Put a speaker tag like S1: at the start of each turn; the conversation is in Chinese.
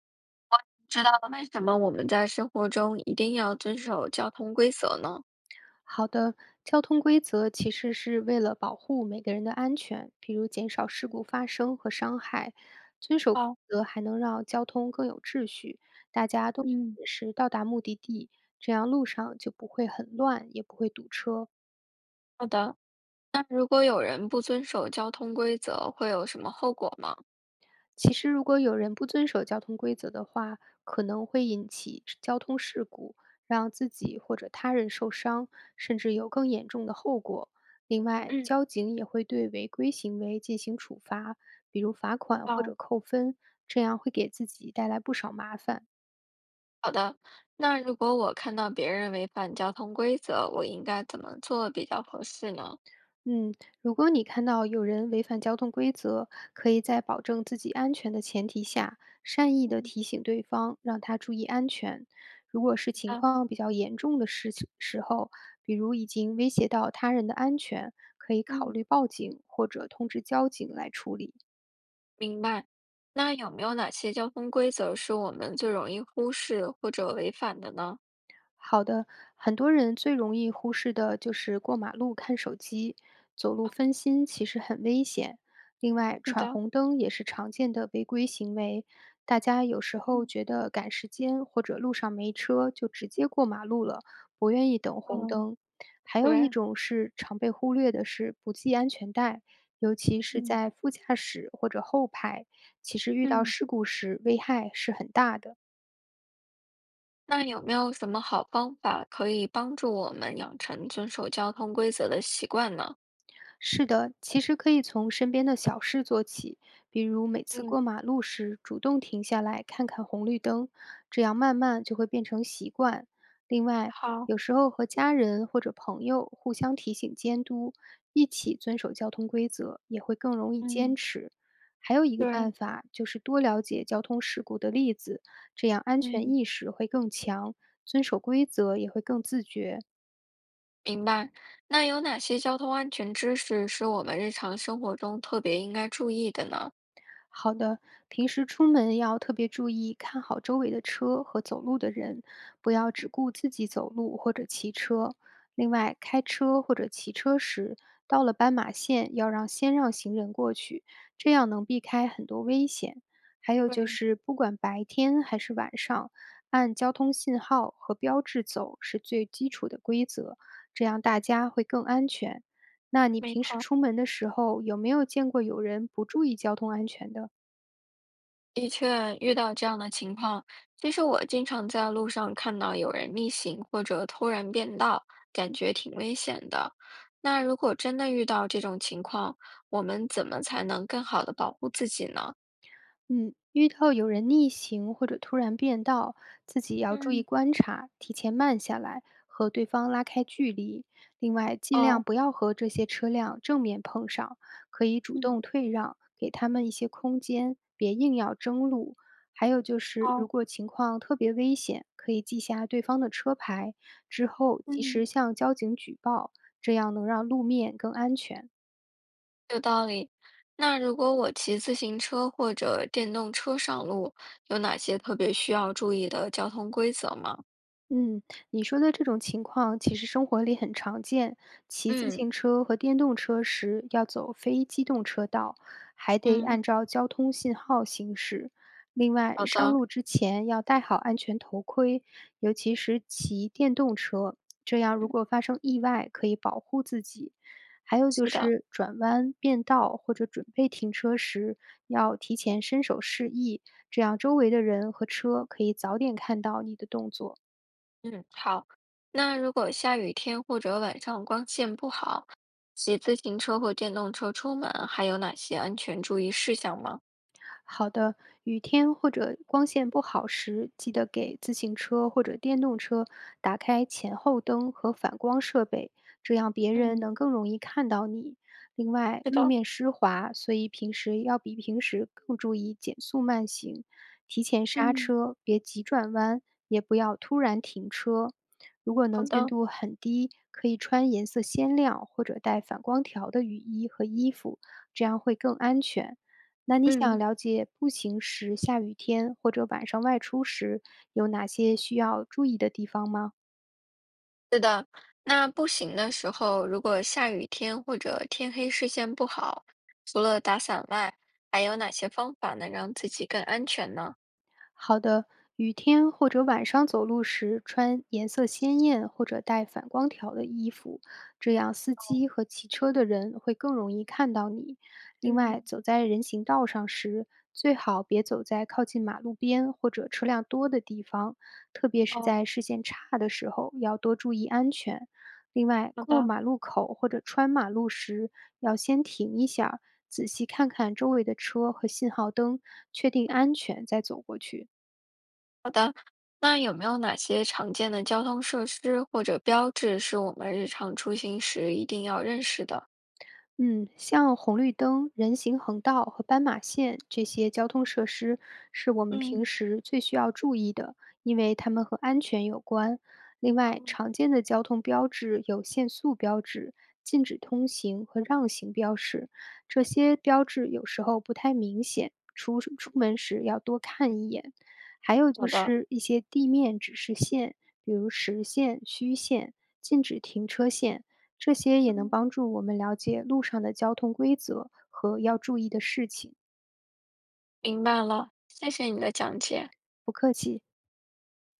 S1: 知道了为什么我们在生活中一定要遵守交通规则呢？
S2: 好的，交通规则其实是为了保护每个人的安全，比如减少事故发生和伤害。遵守规
S1: 哦，
S2: 则还能让交通更有秩序，大家都
S1: 嗯，
S2: 准时到达目的地，这样路上就不会很乱，也不会堵车。
S1: 好的，那如果有人不遵守交通规则，会有什么后果吗？
S2: 其实如果有人不遵守交通规则的话，可能会引起交通事故，让自己或者他人受伤，甚至有更严重的后果。另外，
S1: 嗯，
S2: 交警也会对违规行为进行处罚，比如罚款或
S1: 哦，
S2: 者扣分，这样会给自己带来不少麻烦。
S1: 好的，那如果我看到别人违反交通规则，我应该怎么做比较合适呢？
S2: 嗯，如果你看到有人违反交通规则，可以在保证自己安全的前提下，善意的
S1: 嗯，
S2: 提醒对方，让他注意安全。如果是情
S1: 好的，
S2: 况比较严重的事情时候，比如已经威胁到他人的安全，可以考
S1: 嗯，
S2: 虑报警或者通知交警来处理。
S1: 明白。那有没有哪些交通规则是我们最容易忽视或者违反的呢？
S2: 好的，很多人最容易忽视的就是过马路看手机，走路分心其实很危险。另外，
S1: 是
S2: 闯
S1: 的，
S2: 红灯也是常见的违规行为。大家有时候
S1: 嗯，
S2: 觉得赶时间或者路上没车，就直接过马路了，不愿意等红
S1: 哦，
S2: 灯。还有一
S1: 对，
S2: 种是常被忽略的是不系安全带，尤其是
S1: 嗯
S2: 在副驾驶或者后排，其实遇到
S1: 嗯。
S2: 事故时危害是很大的。
S1: 那有没有什么好方法可以帮助我们养成遵守交通规则的习惯呢？
S2: 是的，其实可以从身边的小事做起，比如每次
S1: 嗯，
S2: 过马路时主动停下来看看红绿灯，这样慢慢就会变成习惯。另外，
S1: 好，
S2: 有时候和家人或者朋友互相提醒监督，一起遵守交通规则，也会更容易坚
S1: 嗯，
S2: 持。还有一个
S1: 对，
S2: 办法就是多了解交通事故的例子，这样安全
S1: 嗯
S2: 意识会更强，遵守规则也会更自觉。
S1: 明白。那有哪些交通安全知识是我们日常生活中特别应该注意的呢？
S2: 好的，平时出门要特别注意，看好周围的车和走路的人，不要只顾自己走路或者骑车。另外，开车或者骑车时，到了斑马线要让先让行人过去，这样能避开很多危险。还有就
S1: 对，
S2: 是，不管白天还是晚上，按交通信号和标志走是最基础的规则，这样大家会更安全。那你
S1: 没
S2: 平时
S1: 错。
S2: 出门的时候，有没有见过有人不注意交通安全的？
S1: 的确，遇到这样的情况，其实我经常在路上看到有人逆行或者突然变道，感觉挺危险的。那如果真的遇到这种情况，我们怎么才能更好的保护自己呢？
S2: 嗯，遇到有人逆行或者突然变道，自己要注意
S1: 嗯，
S2: 观察，提前慢下来，和对方拉开距离。另外，尽量
S1: 哦，
S2: 不要和这些车辆正面碰上，可以主动
S1: 嗯，
S2: 退让，给他们一些空间，别硬要争路。还有就是，如
S1: 哦，
S2: 果情况特别危险，可以记下对方的车牌，之后及
S1: 嗯
S2: 时向交警举报，这样能让路面更安全。
S1: 有道理。那如果我骑自行车或者电动车上路，有哪些特别需要注意的交通规则吗？
S2: 嗯，你说的这种情况其实生活里很常见。骑自
S1: 嗯，
S2: 行车和电动车时要走非机动车道，还得
S1: 嗯。
S2: 按照交通信号行驶。另外，
S1: 好
S2: 上
S1: 的，
S2: 路之前要戴好安全头盔，尤其是骑电动车，这样如
S1: 嗯
S2: 果发生意外可以保护自己。还有就
S1: 是的。
S2: 是转弯、变道或者准备停车时，要提前伸手示意，这样周围的人和车可以早点看到你的动作。
S1: 嗯，好。那如果下雨天或者晚上光线不好，骑自行车或电动车出门，还有哪些安全注意事项吗？
S2: 好的，雨天或者光线不好时，记得给自行车或者电动车打开前后灯和反光设备，这样别人
S1: 嗯，
S2: 能更容易看到你。另外，
S1: 是
S2: 路
S1: 的，
S2: 面湿滑，所以平时要比平时更注意减速慢行，提前刹
S1: 嗯，
S2: 车，别急转弯，也不要突然停车。如果
S1: 好
S2: 能见
S1: 的，
S2: 度很低，可以穿颜色鲜亮或者带反光条的雨衣和衣服，这样会更安全。那你想
S1: 嗯，
S2: 了解步行时、下雨天或者晚上外出时有哪些需要注意的地方吗？
S1: 是的。那步行的时候，如果下雨天或者天黑视线不好，除了打伞外，还有哪些方法能让自己更安全呢？
S2: 好的，雨天或者晚上走路时穿颜色鲜艳或者带反光条的衣服，这样司机和骑车的人会更容易看到你。另
S1: 嗯，
S2: 外，走在人行道上时，最好别走在靠近马路边或者车辆多的地方，特别是
S1: 哦，
S2: 在视线差的时候，要多注意安全。另外，
S1: 好
S2: 过
S1: 的。
S2: 马路口或者穿马路时，要先停一下儿仔细看看周围的车和信号灯，确定安全再走过去。
S1: 那有没有哪些常见的交通设施或者标志是我们日常出行时一定要认识的？
S2: 嗯，像红绿灯、人行横道和斑马线这些交通设施，是我们平
S1: 嗯，
S2: 时最需要注意的，因为它们和安全有关。另外，
S1: 哦
S2: 常见的交通标志有限速标志、禁止通行和让行标识，这些标志有时候不太明显，出门时要多看一眼。还有
S1: 好
S2: 就
S1: 的，
S2: 是一些地面指示线，比如实线、虚线、禁止停车线。这些也能
S1: 嗯，
S2: 帮助我们了解路上的交通规则和要注意的事情。
S1: 明白了，谢谢你的讲解。
S2: 不客气。